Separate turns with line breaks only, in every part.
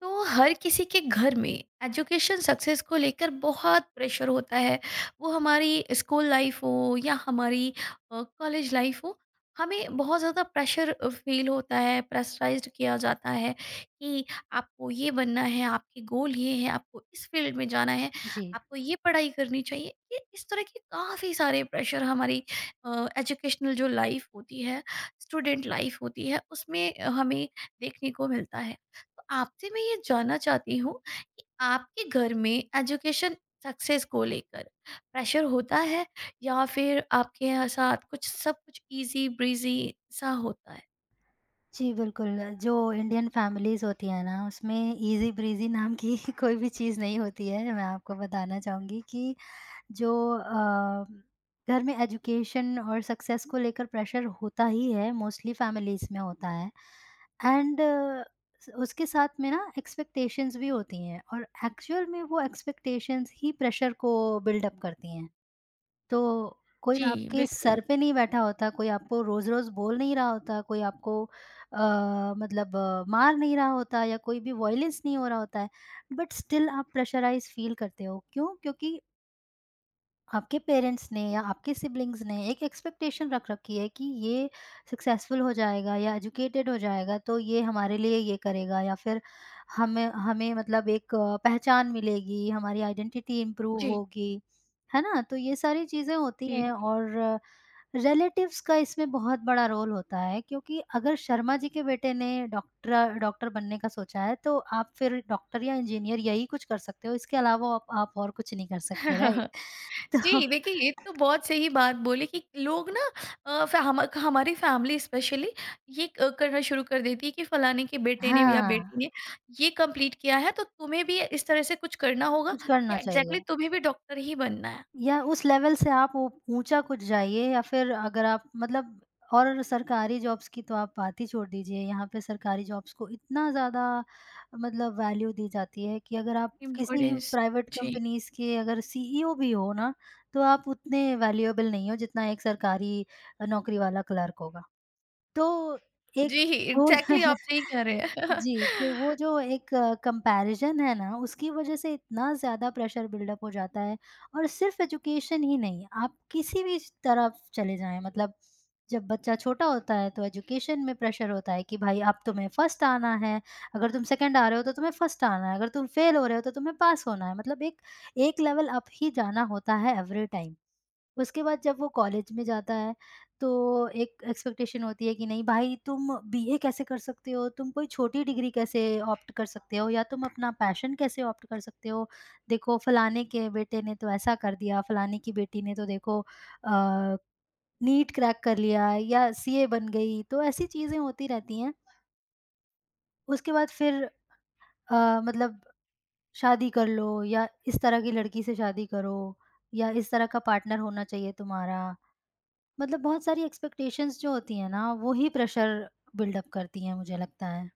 तो हर किसी के घर में एजुकेशन सक्सेस को लेकर बहुत प्रेशर होता है। वो हमारी स्कूल लाइफ हो या हमारी कॉलेज लाइफ हो, हमें बहुत ज़्यादा प्रेशर फील होता है। प्रेशराइज्ड किया जाता है कि आपको ये बनना है, आपके गोल ये है, आपको इस फील्ड में जाना है,
जी,
आपको ये पढ़ाई करनी चाहिए। ये इस तरह के काफ़ी सारे प्रेशर हमारी एजुकेशनल जो लाइफ होती है, स्टूडेंट लाइफ होती है, उसमें हमें देखने को मिलता है। तो आपसे मैं ये जानना चाहती हूँ कि आपके घर में एजुकेशन सक्सेस को लेकर प्रेशर होता है या फिर आपके यहाँ साथ कुछ सब कुछ इजी ब्रीजी सा होता है?
जी, बिल्कुल। जो इंडियन फैमिलीज़ होती हैं ना, उसमें ईज़ी ब्रीज़ी नाम की कोई भी चीज़ नहीं होती है। मैं आपको बताना चाहूँगी कि जो अ, घर में एजुकेशन और सक्सेस को लेकर प्रेशर होता ही है, मोस्टली फैमिलीज़ में होता है। एंड स उसके साथ में ना एक्सपेक्टेशंस भी होती हैं और एक्चुअल में वो एक्सपेक्टेशंस ही प्रेशर को बिल्ड अप करती हैं। तो कोई
जी,
आपके
बिल्कुल।
सर पे नहीं बैठा होता, कोई आपको रोज़-रोज़ बोल नहीं रहा होता, कोई आपको अ, मतलब मार नहीं रहा होता या कोई भी वॉयलेंस नहीं हो रहा होता है, बट स्टिल आप प्रेशराइज़ फ़ील करते हो, क्यों? क्योंकि आपके पेरेंट्स ने या आपके सिब्लिंग्स ने एक एक्सपेक्टेशन रख रखी है कि ये सक्सेसफुल हो जाएगा या एजुकेटेड हो जाएगा तो ये हमारे लिए ये करेगा या फिर हमें हमें मतलब एक पहचान मिलेगी, हमारी आइडेंटिटी इम्प्रूव
जी,
होगी, है ना। तो ये सारी चीज़ें होती
जी,
हैं और रिलेटिव्स का इसमें बहुत बड़ा रोल होता है, क्योंकि अगर शर्मा जी के बेटे ने डॉक्टर डॉक्टर बनने का सोचा है तो आप फिर डॉक्टर या इंजीनियर यही कुछ कर सकते हो, इसके अलावा आप और कुछ नहीं कर
जी।
सकते, राइट। तो
जी, देखिए ये तो बहुत सही बात बोली कि लोग ना अ, फ हम हमारी फैमिली स्पेशली ये क करना शुरू कर देती है कि फलाने के बेटे ने या
हाँ,
बेटी ने ये कंप्लीट किया है तो तुम्हें भी इस तरह से कुछ करना होगा
कुछ
या
करना
एग्ज़ैक्टली
चाहिए,
तुम्हें भी डॉक्टर ही बनना है।
या उस लेवल से आप ऊ ऊँचा कुछ जाइए या फिर अगर आप मतलब और सरकारी जॉब्स की तो आप बात ही छोड़ दीजिए। यहाँ पे सरकारी जॉब्स को इतना ज़्यादा मतलब वैल्यू दी जाती है कि अगर आप किसी
इम्पोर्टेंस।
प्राइवेट
जी।
कंपनीज़ के अगर सीईओ भी हो ना, तो आप उतने वैल्यूएबल नहीं हो जितना एक सरकारी नौकरी वाला क्लर्क होगा। तो एक
जी,
वो
एग्ज़ैक्टली आप सही कह रहे हैं।
जी, तो वो जो एक कंपैरिज़न है ना, उसकी वज़ह से इतना ज़्यादा प्रेशर बिल्डअप हो जाता है। और सिर्फ़ एजुकेशन ही नहीं, आप किसी भी स तरफ चले जाएँ, मतलब जब बच्चा छोटा होता है तो एजुकेशन में प्रेशर होता है कि भाई अब तुम्हें फर्स्ट आना है, अगर तुम सेकंड आ रहे हो तो तुम्हें फर्स्ट आना है, अगर तुम फेल हो रहे हो तो तुम्हें पास होना है, मतलब एक एक लेवल अप ही जाना होता है एवरी टाइम। उसके बाद जब वो कॉलेज में जाता है, तो एक एक्सपेक्टेशन होती है कि नहीं भाई तुम बीए कैसे कर सकते हो? तुम कोई छोटी डिग्री कैसे ऑप्ट कर सकते हो? या तुम अपना पैशन कैसे ऑप्ट कर सकते हो? देखो फलाने के बेटे ने तो ऐसा कर दिया, फलाने की बेटी ने तो देखो अ, नीट क्रैक कर लिया या सीए बन गई, तो ऐसी चीज़ें होती रहती हैं। उसके बाद फिर मतलब शादी कर लो या इस तरह की लड़की से शादी करो या इस तरह का पार्टनर होना चाहिए तुम्हारा। मतलब बहुत सारी एक्सपेक्टेशंस जो होती हैं ना, वो ही प्रेशर बिल्डअप करती हैं मुझे लगता है।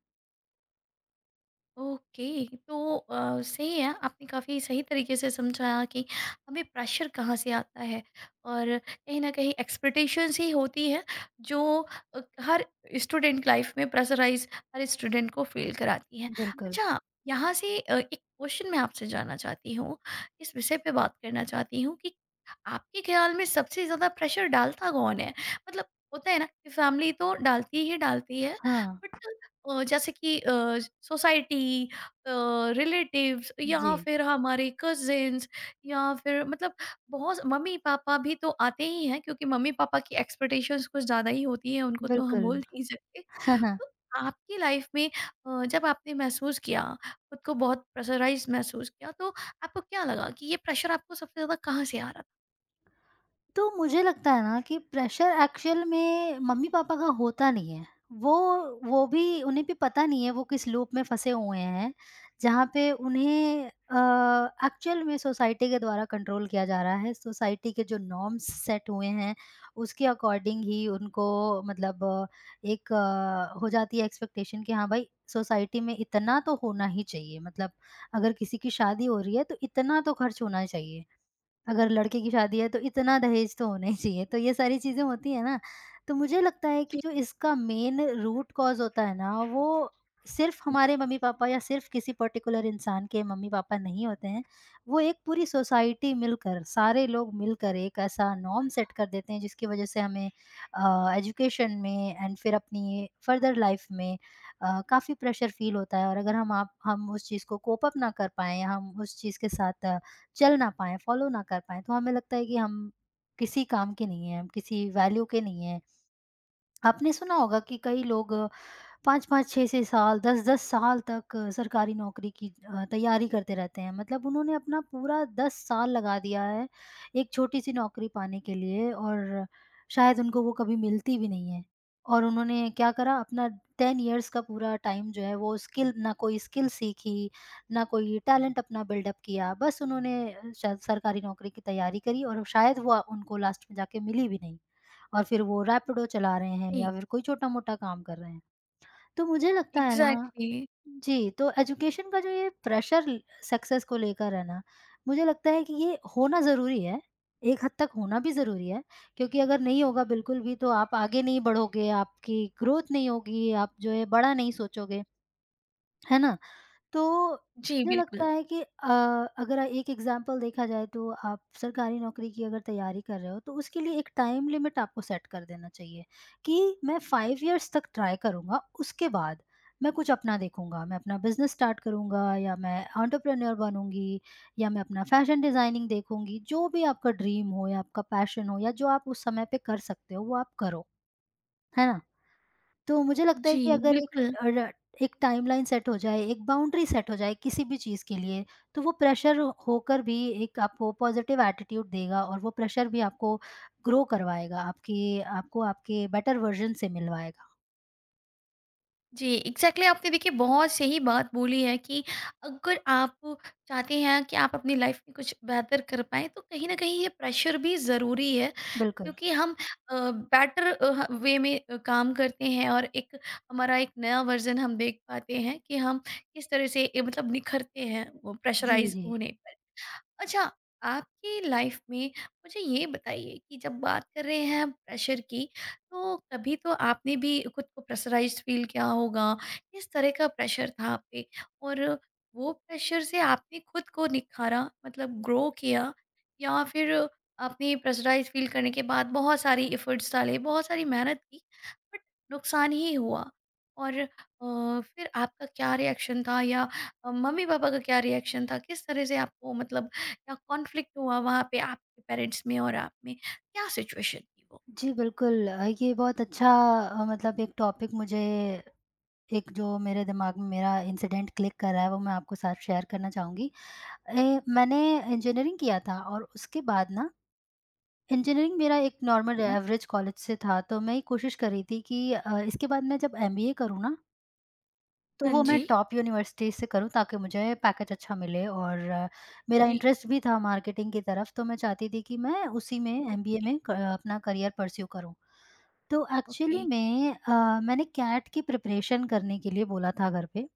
ओके। तो सही है। आपने काफ़ी सही तरीके से समझाया कि हमें प्रेशर कहाँ से आता है और कहीं ना कहीं एक्सपेक्टेशंस ही होती है जो हर स्टूडेंट लाइफ में प्रेशराइज, हर स्टूडेंट को फील कराती है।
बिल्कुल।
अच्छा, यहाँ से एक क्वेश्चन मैं आपसे जानना चाहती हूँ, इस विषय पे बात करना चाहती हूँ कि आपके ख्याल में सबसे ज़्यादा प्रेशर डालता कौन है? मतलब, होता है ना कि फैमिली तो डालती ही डालती है, बट
हाँ।
जैसे कि सोसाइटी, अ, रिलेटिव्स
जी,
या फिर हमारे कजिन्स, या फिर मतलब बहुत मम्मी पापा भी तो आते ही हैं क्योंकि मम्मी पापा की एक्सपेक्टेशंस कुछ ज़्यादा ही होती हैं, उनको तो हम
बिल्कुल।
बोल नहीं सकते। तो आपकी लाइफ में जब आपने महसूस किया, खुद को बहुत प्रेशराइज महसूस किया, तो आपको क्या लगा कि ये प्रेशर आपको सबसे ज़्यादा कहाँ से आ रहा था?
तो मुझे लगता है ना कि प्रेशर एक्चुअल में मम्मी-पापा का होता नहीं है। वो वो भी, उन्हें भी पता नहीं है वो किस लूप में फँसे हुए हैं, जहाँ पे उन्हें एक्चुअल में सोसाइटी के द्वारा कंट्रोल किया जा रहा है। सोसाइटी के जो नॉर्म्स सेट हुए हैं, उसके अकॉर्डिंग ही उनको मतलब एक हो जाती है एक्सपेक्टेशन कि हाँ भाई, सोसाइटी में इतना तो होना ही चाहिए। मतलब अगर किसी की शादी हो रही है, तो इतना तो खर्च होना चाहिए। अगर लड़के की शादी है तो इतना दहेज तो होना ही चाहिए, तो ये सारी चीज़ें होती हैं ना, तो मुझे लगता है कि जो इसका मेन रूट कॉज़ होता है ना, वो सिर्फ़ हमारे मम्मी-पापा या सिर्फ़ किसी पर्टिकुलर इंसान के मम्मी-पापा नहीं होते हैं। वो एक पूरी सोसाइटी मिलकर, सारे लोग मिलकर एक ऐसा नॉर्म सेट कर देते हैं जिसकी वज़ह से हमें एजुकेशन में एंड फिर अपनी फर्दर लाइफ़ में काफ़ी प्रेशर फ़ील होता है। और अगर हम उस चीज़ को कोप अप ना कर पाएँ, हम उस चीज़ के साथ चल ना पाएँ, फ़ॉलो ना कर पाएँ, तो हमें लगता है कि हम किसी काम के नहीं हैं, हम किसी वैल्यू के नहीं हैं। आपने सुना होगा कि कई लोग 5-5, 6-6 साल, 10-10 साल तक सरकारी नौकरी की तैयारी करते रहते हैं। मतलब उन्होंने अपना पूरा 10 साल लगा दिया है, एक छोटी-सी नौकरी पाने के लिए, और शायद उनको वो कभी मिलती भी नहीं है। और उन्होंने क्या करा अपना 10 इयर्स का पूरा टाइम जो है, वो स्किल ना कोई स्किल सीखी, ना कोई टैलेंट अपना बिल्डअप किया। बस उन्होंने शायद सरकारी नौकरी की तैयारी करी, और शायद वो उनको लास्ट में जाके मिली भी नहीं। और फिर वो रैपिडो चला रहे हैं
जी,
या फिर कोई छोटा-मोटा काम कर रहे हैं। तो मुझे लगता है ना,
एग्जैक्टली exactly.
जी, तो एजुकेशन का जो ये प्रेशर ल सक्सेस को लेकर है ना, मुझे लगता है कि ये होना ज़रूरी है, एक हद तक होना भी ज़रूरी है, क्योंकि अगर नहीं होगा बिल्कुल भी तो आप आगे नहीं बढ़ोगे, आपकी ग्रोथ नहीं होगी, आप जो है बड़ा नहीं सोचोगे, है ना? तो
जी,
मुझे
बिल्कुल।
लगता है कि अगर एक एग्ज़ाम्पल देखा जाए तो आप सरकारी नौकरी की अगर तैयारी कर रहे हो तो उसके लिए एक टाइम लिमिट आपको सेट कर देना चाहिए कि मैं 5 इयर्स तक ट्राई करूँगा, उसके बाद मैं कुछ अपना देखूँगा, मैं अपना बिज़नेस स्टार्ट करूँगा या मैं एंटरप्रेन्योर बनूँगी या मैं अपना फ़ैशन डिज़ाइनिंग देखूँगी। जो भी आपका ड्रीम हो या आपका पैशन हो या जो आप उस समय पे कर सकते हो वो आप करो, है ना? तो मुझे लगता है
जी,
कि अगर एक
बिल्कुल।
र एक टाइमलाइन सेट हो जाए, एक बाउंड्री सेट हो जाए किसी भी चीज़ के लिए, तो वो प्रेशर होकर भी एक आपको पॉज़िटिव एटीट्यूड देगा और वो प्रेशर भी आपको ग्रो करवाएगा, आपकी आपको आपके बेटर वर्ज़न से मिलवाएगा।
जी, एग्जैक्टली exactly, आपने देखिए बहुत सही बात बोली है कि अगर आप चाहते हैं कि आप अपनी लाइफ में कुछ बेहतर कर पाएँ, तो कहीं ना कहीं ये प्रेशर भी ज़रूरी है,
बिल्कुल।
क्योंकि हम बेटर वे में काम करते हैं और एक, हमारा एक नया वर्जन हम देख पाते हैं कि हम किस तरह से मतलब निखरते हैं वो
जी,
प्रेशराइज
जी।
होने पर। अच्छा, आपकी लाइफ में मुझे ये बताइए कि जब बात कर रहे हैं प्रेशर की, तो कभी तो आपने भी खुद को प्रेशराइज़्ड फ़ील किया होगा। किस तरह का प्रेशर था आप पे? और वो प्रेशर से आपने खुद को निखारा, मतलब ग्रो किया, या फिर आपने प्रेशराइज़्ड फ़ील करने के बाद बहुत सारी एफ़र्ट्स डाले, बहुत सारी मेहनत की, बट नुकसान ही हुआ? और फिर आपका क्या रिएक्शन था या मम्मी-पापा का क्या रिएक्शन था? किस तरह से आपको, मतलब क्या कॉन्फ्लिक्ट हुआ वहाँ पे आपके पेरेंट्स में और आप में? क्या सिचुएशन थी वो?
जी, बिल्कुल ये बहुत अच्छा मतलब एक टॉपिक मुझे एक जो मेरे दिमाग में मेरा इंसिडेंट क्लिक कर रहा है, वो मैं आपको साथ शेयर करना चाहूँगी। ए मैंने इंजीनियरिंग किया था और उसके बाद ना इंजीनियरिंग मेरा एक नॉर्मल
जी।
एवरेज कॉलेज से था, तो मैं ये कोशिश कर रही थी कि इसके बाद मैं जब एमबीए करूँ ना, तो
हाँ
वो मैं
जी।
टॉप यूनिवर्सिटी से करूँ ताकि मुझे पैकेज अच्छा मिले, और मेरा
जी,
इंटरेस्ट भी था मार्केटिंग की तरफ, तो मैं चाहती थी कि मैं उसी में एमबीए
ओके,
में क अपना करियर परस्यू करूँ। तो
ओके।
एक्चुअली में मैंने कैट की प्रिपरेशन करने के लिए बोला था घर पे।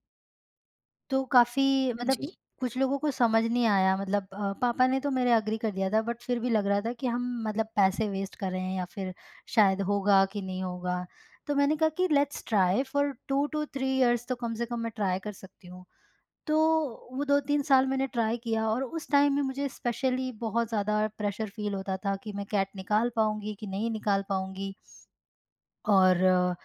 तो काफ़ी
हाँ
मतलब
जी।
कुछ लोगों को समझ नहीं आया, मतलब पापा ने तो मेरे एग्री कर दिया था बट फिर भी लग रहा था कि हम मतलब पैसे वेस्ट कर रहे हैं या फिर शायद होगा कि नहीं होगा। तो मैंने कहा कि let's try for 2 to 3 years, तो कम से कम मैं ट्राई कर सकती हूँ। तो वो 2-3 साल मैंने ट्राई किया, और उस टाइम में मुझे स्पेशली बहुत ज़्यादा प्रेशर फ़ील होता था कि मैं कैट निकाल पाऊँगी कि नहीं निकाल पाऊँगी। और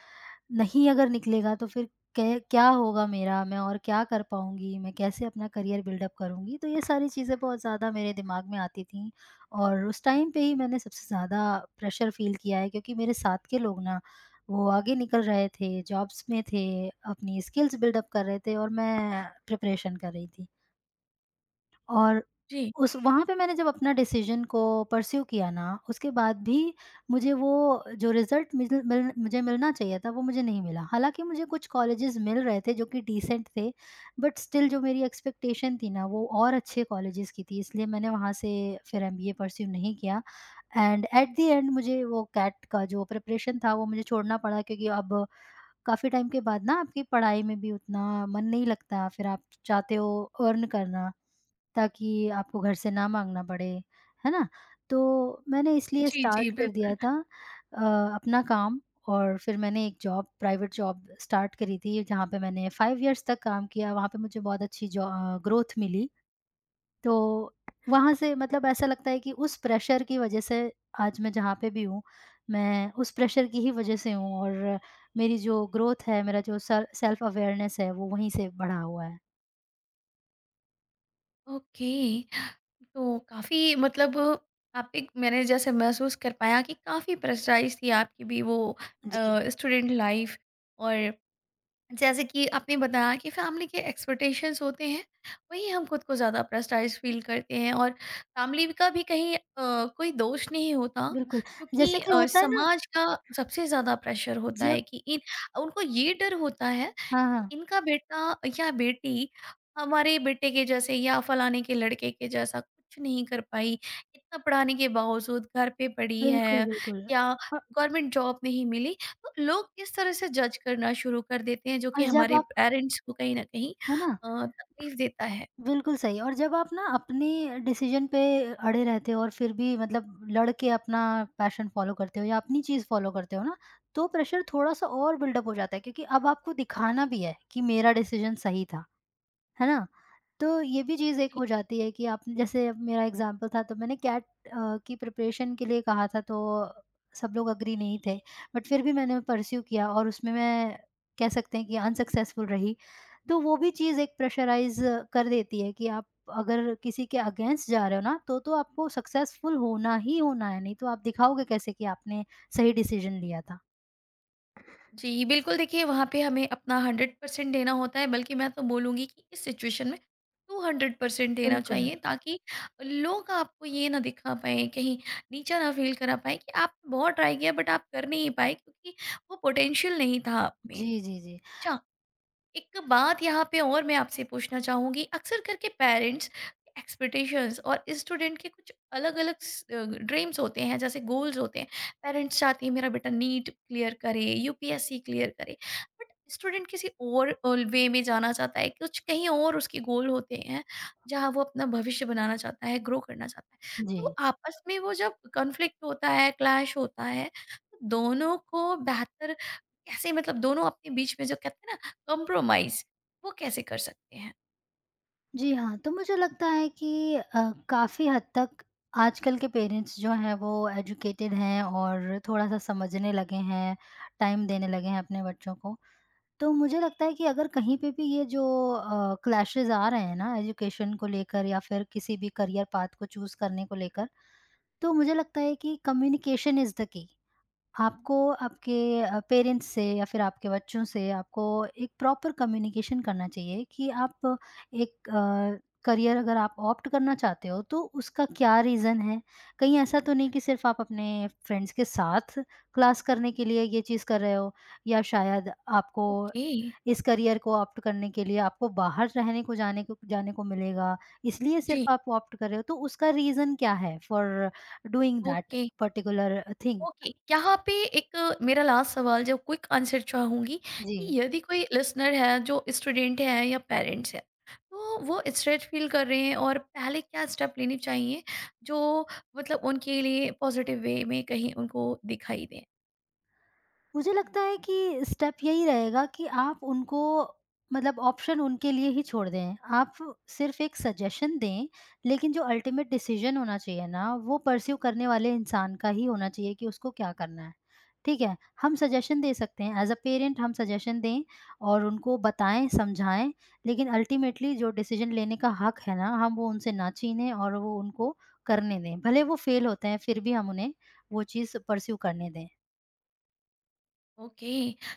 नहीं अगर निकलेगा तो फिर कै क्या होगा मेरा? मैं और क्या कर पाऊँगी? मैं कैसे अपना करियर बिल्डअप करूँगी? तो ये सारी चीज़ें बहुत ज़्यादा मेरे दिमाग में आती थीं, और उस टाइम पे ही मैंने सबसे ज़्यादा प्रेशर फ़ील किया है क्योंकि मेरे साथ के लोग ना वो आगे निकल रहे थे, जॉब्स में थे, अपनी स्किल्स बिल्डअप कर रहे थे और मैं प्रिपरेशन कर रही थी। और
जी।
उस वहाँ पे मैंने जब अपना डिसीज़न को परस्यू किया ना, उसके बाद भी मुझे वो जो रिज़ल्ट मिल मिल मुझे मिलना चाहिए था, वो मुझे नहीं मिला। हालाँकि मुझे कुछ कॉलेजेस मिल रहे थे जो कि डिसेंट थे, बट स्टिल जो मेरी एक्सपेक्टेशन थी ना, वो और अच्छे कॉलेजेस की थी, इसलिए मैंने वहाँ से फिर एमबीए परस्यू नहीं किया। एंड एट द एंड मुझे वो कैट का जो प्रिपरेशन था, वो मुझे छोड़ना पड़ा क्योंकि अब काफ़ी टाइम के बाद ना आपकी पढ़ाई में भी उतना मन नहीं लगता, फिर आप चाहते हो अर्न करना। ताकि आपको घर से ना माँगना पड़े, है ना? तो मैंने इसलिए
जी, जी,
स्टार्ट कर दिया
बिल्कुल।
था अपना काम। और फिर मैंने एक जॉब प्राइवेट जॉब स्टार्ट करी थी जहाँ पे मैंने 5 इयर्स तक काम किया, वहाँ पे मुझे बहुत अच्छी ग्रोथ मिली। तो वहाँ से मतलब ऐसा लगता है कि उस प्रेशर की वजह से आज मैं जहाँ पे भी हूँ, मैं उस प्रेशर की ही वजह से हूँ, और मेरी जो ग्रोथ है, मेरा जो सेल्फ अवेयरनेस है, वो वहीं से बढ़ा हुआ है।
ओके। तो काफ़ी, मतलब आप एक, मैंने जैसे महसूस कर पाया कि काफ़ी प्रेशराइज़ थी आपकी भी वो
जी,
स्टूडेंट लाइफ़। और जैसे कि आपने बताया कि फैमिली के एक्सपेक्टेशंस होते हैं, वहीं हम खुद को ज़्यादा प्रेस्टाइज फील करते हैं और फैमिली का भी कहीं कोई दोष नहीं होता
बिल्कुल।
क्योंकि
जैसे कि होता है ना,
समाज का सबसे ज़्यादा प्रेशर होता
जब
है कि इन, उनको ये डर होता है
हाँ, हाँ।
कि इनका बेटा या बेटी हमारे बेटे के जैसे या फलाने के लड़के के जैसा कुछ नहीं कर पाई, इतना पढ़ाने के बावजूद घर पे पड़ी
बिल्कुल,
है
बिल्कुल।
या
और
गवर्नमेंट जॉब नहीं मिली। तो लोग इस तरह से जज करना शुरू कर देते हैं जो
और
कि
हुँ। जब
हमारे
आप,
पेरेंट्स को कहीं न कहीं
है ना?
तकलीफ देता है।
बिल्कुल सही। और जब आप ना अपने डिसीज़न पे अड़े रहते हो और फिर भी मतलब लड़ के अपना पैशन फ़ॉलो करते हो या अपनी चीज़ फ़ॉलो करते हो ना, तो प्रेशर थोड़ा-सा और बिल्डअप हो जाता है क्योंकि अब आपको दिखाना भी है कि मेरा डिसीज़न सही था। है ना? तो ये भी चीज़ एक हो जाती है कि आपने, जैसे अब मेरा एग्ज़ाम्पल था, तो मैंने कैट की प्रिपरेशन के लिए कहा था, तो सब लोग एग्री नहीं थे। बट फिर भी मैंने परस्यू किया और उसमें मैं कह सकते हैं कि अनसक्सेसफुल रही। तो वो भी चीज़ एक प्रेशराइज़ कर देती है कि आप अगर किसी के अगेंस्ट जा रहे हो ना तो आपको सक्सेसफुल होना ही होना है, नहीं तो आप दिखाओगे कैसे कि आपने सही डिसीज़न लिया था।
जी, बिल्कुल। देखिए, वहाँ पे हमें अपना 100% देना होता है, बल्कि मैं तो बोलूँगी कि इस सिचुएशन में 200% देना
बिल्कुल।
चाहिए ताकि लोग आपको ये ना दिखा पाएँ, कहीं नीचा ना फ़ील करा पाएँ कि आपने बहुत ट्राई किया बट आप कर नहीं पाए क्योंकि वो पोटेंशियल नहीं था आप में।
जी, जी, जी।
अच्छा, एक बात यहाँ पे और मैं आपसे पूछना चाहूँगी। अक्सर करके पेरेंट्स एक्सपेक्टेशंस और स्टूडेंट के कुछ अलग अलग ड्रीम्स होते हैं, जैसे गोल्स होते हैं। पेरेंट्स चाहते हैं मेरा बेटा नीट क्लियर करे, यूपीएससी क्लियर करे, बट स्टूडेंट किसी और वे में जाना चाहता है, कुछ कहीं और उसके गोल होते हैं जहाँ वो अपना भविष्य बनाना चाहता है, ग्रो करना चाहता है।
जी।
तो आपस में वो जब कॉन्फ्लिक्ट होता है, क्लैश होता है, तो दोनों को बेहतर कैसे, मतलब दोनों अपने बीच में जो कहते हैं ना, कॉम्प्रोमाइज़, वो कैसे कर सकते हैं?
जी हाँ, तो मुझे लगता है कि काफ़ी हद तक आजकल के पेरेंट्स जो हैं वो एजुकेटेड हैं और थोड़ा-सा समझने लगे हैं, टाइम देने लगे हैं अपने बच्चों को। तो मुझे लगता है कि अगर कहीं पे भी ये जो क्लैशेज़ आ रहे हैं ना एजुकेशन को लेकर या फिर किसी भी करियर पाथ को चूज़ करने को लेकर, तो मुझे लगता है कि कम्युनिकेशन इज़ द की। आपको आपके पेरेंट्स से या फिर आपके बच्चों से आपको एक प्रॉपर कम्युनिकेशन करना चाहिए कि आप एक करियर अगर आप ऑप्ट करना चाहते हो तो उसका क्या रीज़न है? कहीं ऐसा तो नहीं कि सिर्फ़ आप अपने फ्रेंड्स के साथ क्लास करने के लिए ये चीज़ कर रहे हो, या शायद आपको
ओके।
इस करियर को ऑप्ट करने के लिए आपको बाहर रहने को जाने को जाने को मिलेगा, इसलिए
जी।
सिर्फ़ आप ऑप्ट कर रहे हो, तो उसका रीज़न क्या है for doing that
okay,
particular thing?
Okay. यहाँ पे एक मेरा लास्ट सवाल, जो क्विक आंसर चाहूँगी
जी।
कि यदि कोई लिसनर है जो स्टूडेंट है या पेरेंट्स है, तो वो स्ट्रेस्ड फ़ील कर रहे हैं और पहले क्या स्टेप लेने चाहिए जो, मतलब उनके लिए पॉज़िटिव वे में कहीं उनको दिखाई दें?
मुझे लगता है कि स्टेप यही रहेगा कि आप उनको, मतलब ऑप्शन उनके लिए ही छोड़ दें। आप सिर्फ़ एक सजेशन दें, लेकिन जो अल्टीमेट डिसीज़न होना चाहिए ना, वो पर्स्यू करने वाले इंसान का ही होना चाहिए कि उसको क्या करना है। ठीक है? हम सजेशन दे सकते हैं, एज़ अ पेरेंट हम सजेशन दें और उनको बताएँ, समझाएँ, लेकिन अल्टीमेटली जो डिसीज़न लेने का हक है ना, हम वो उनसे ना छीनें और वो उनको करने दें। भले वो फ़ेल होते हैं, फिर भी हम उन्हें वो चीज़ पर्स्यू करने दें।
ओके,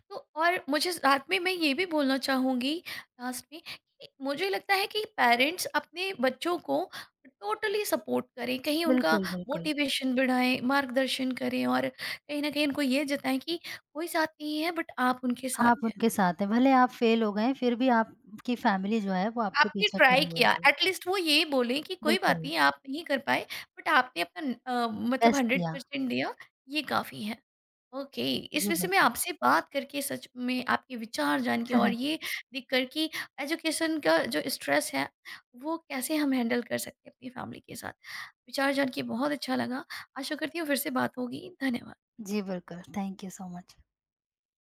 तो और मुझे रात में मैं ये भी बोलना चाहूँगी लास्ट में कि मुझे लगता है कि पेरेंट्स अपने बच्चों को टोटली सपोर्ट करें, कहीं उनका
बिल्कुल, बिल्कुल।
मोटिवेशन बढ़ाएं, मार्गदर्शन करें और कहीं ना कहीं उनको ये जताएं कि कोई साथ नहीं है बट आप उनके
आप
साथ हैं।
उनके साथ हैं, भले आप फेल हो गए, फिर भी आपकी फैमिली जो है वो आपके
आपने
पीछे
ट्राई
खड़ी हुई
किया,
है।
एटलीस्ट वो ये बोलें कि कोई बात
बिल्कुल,
नहीं आप नहीं कर पाए, बट आपने अपना मतलब
बेस्ट
हंड्रेड
दिया।
परसेंट दिया, ये काफ़ी है। ओके, इस
जी,
विषय में
बिल्कुल।
आपसे बात करके, सच में आपके विचार जान के और ये देख कर कि एजुकेशन का जो स्ट्रेस है वो कैसे हम हैंडल कर सकते हैं अपनी फैमिली के साथ, विचार जान के बहुत अच्छा लगा। आशा करती हूँ फिर से बात होगी। धन्यवाद।
जी, बिल्कुल। Thank you so much.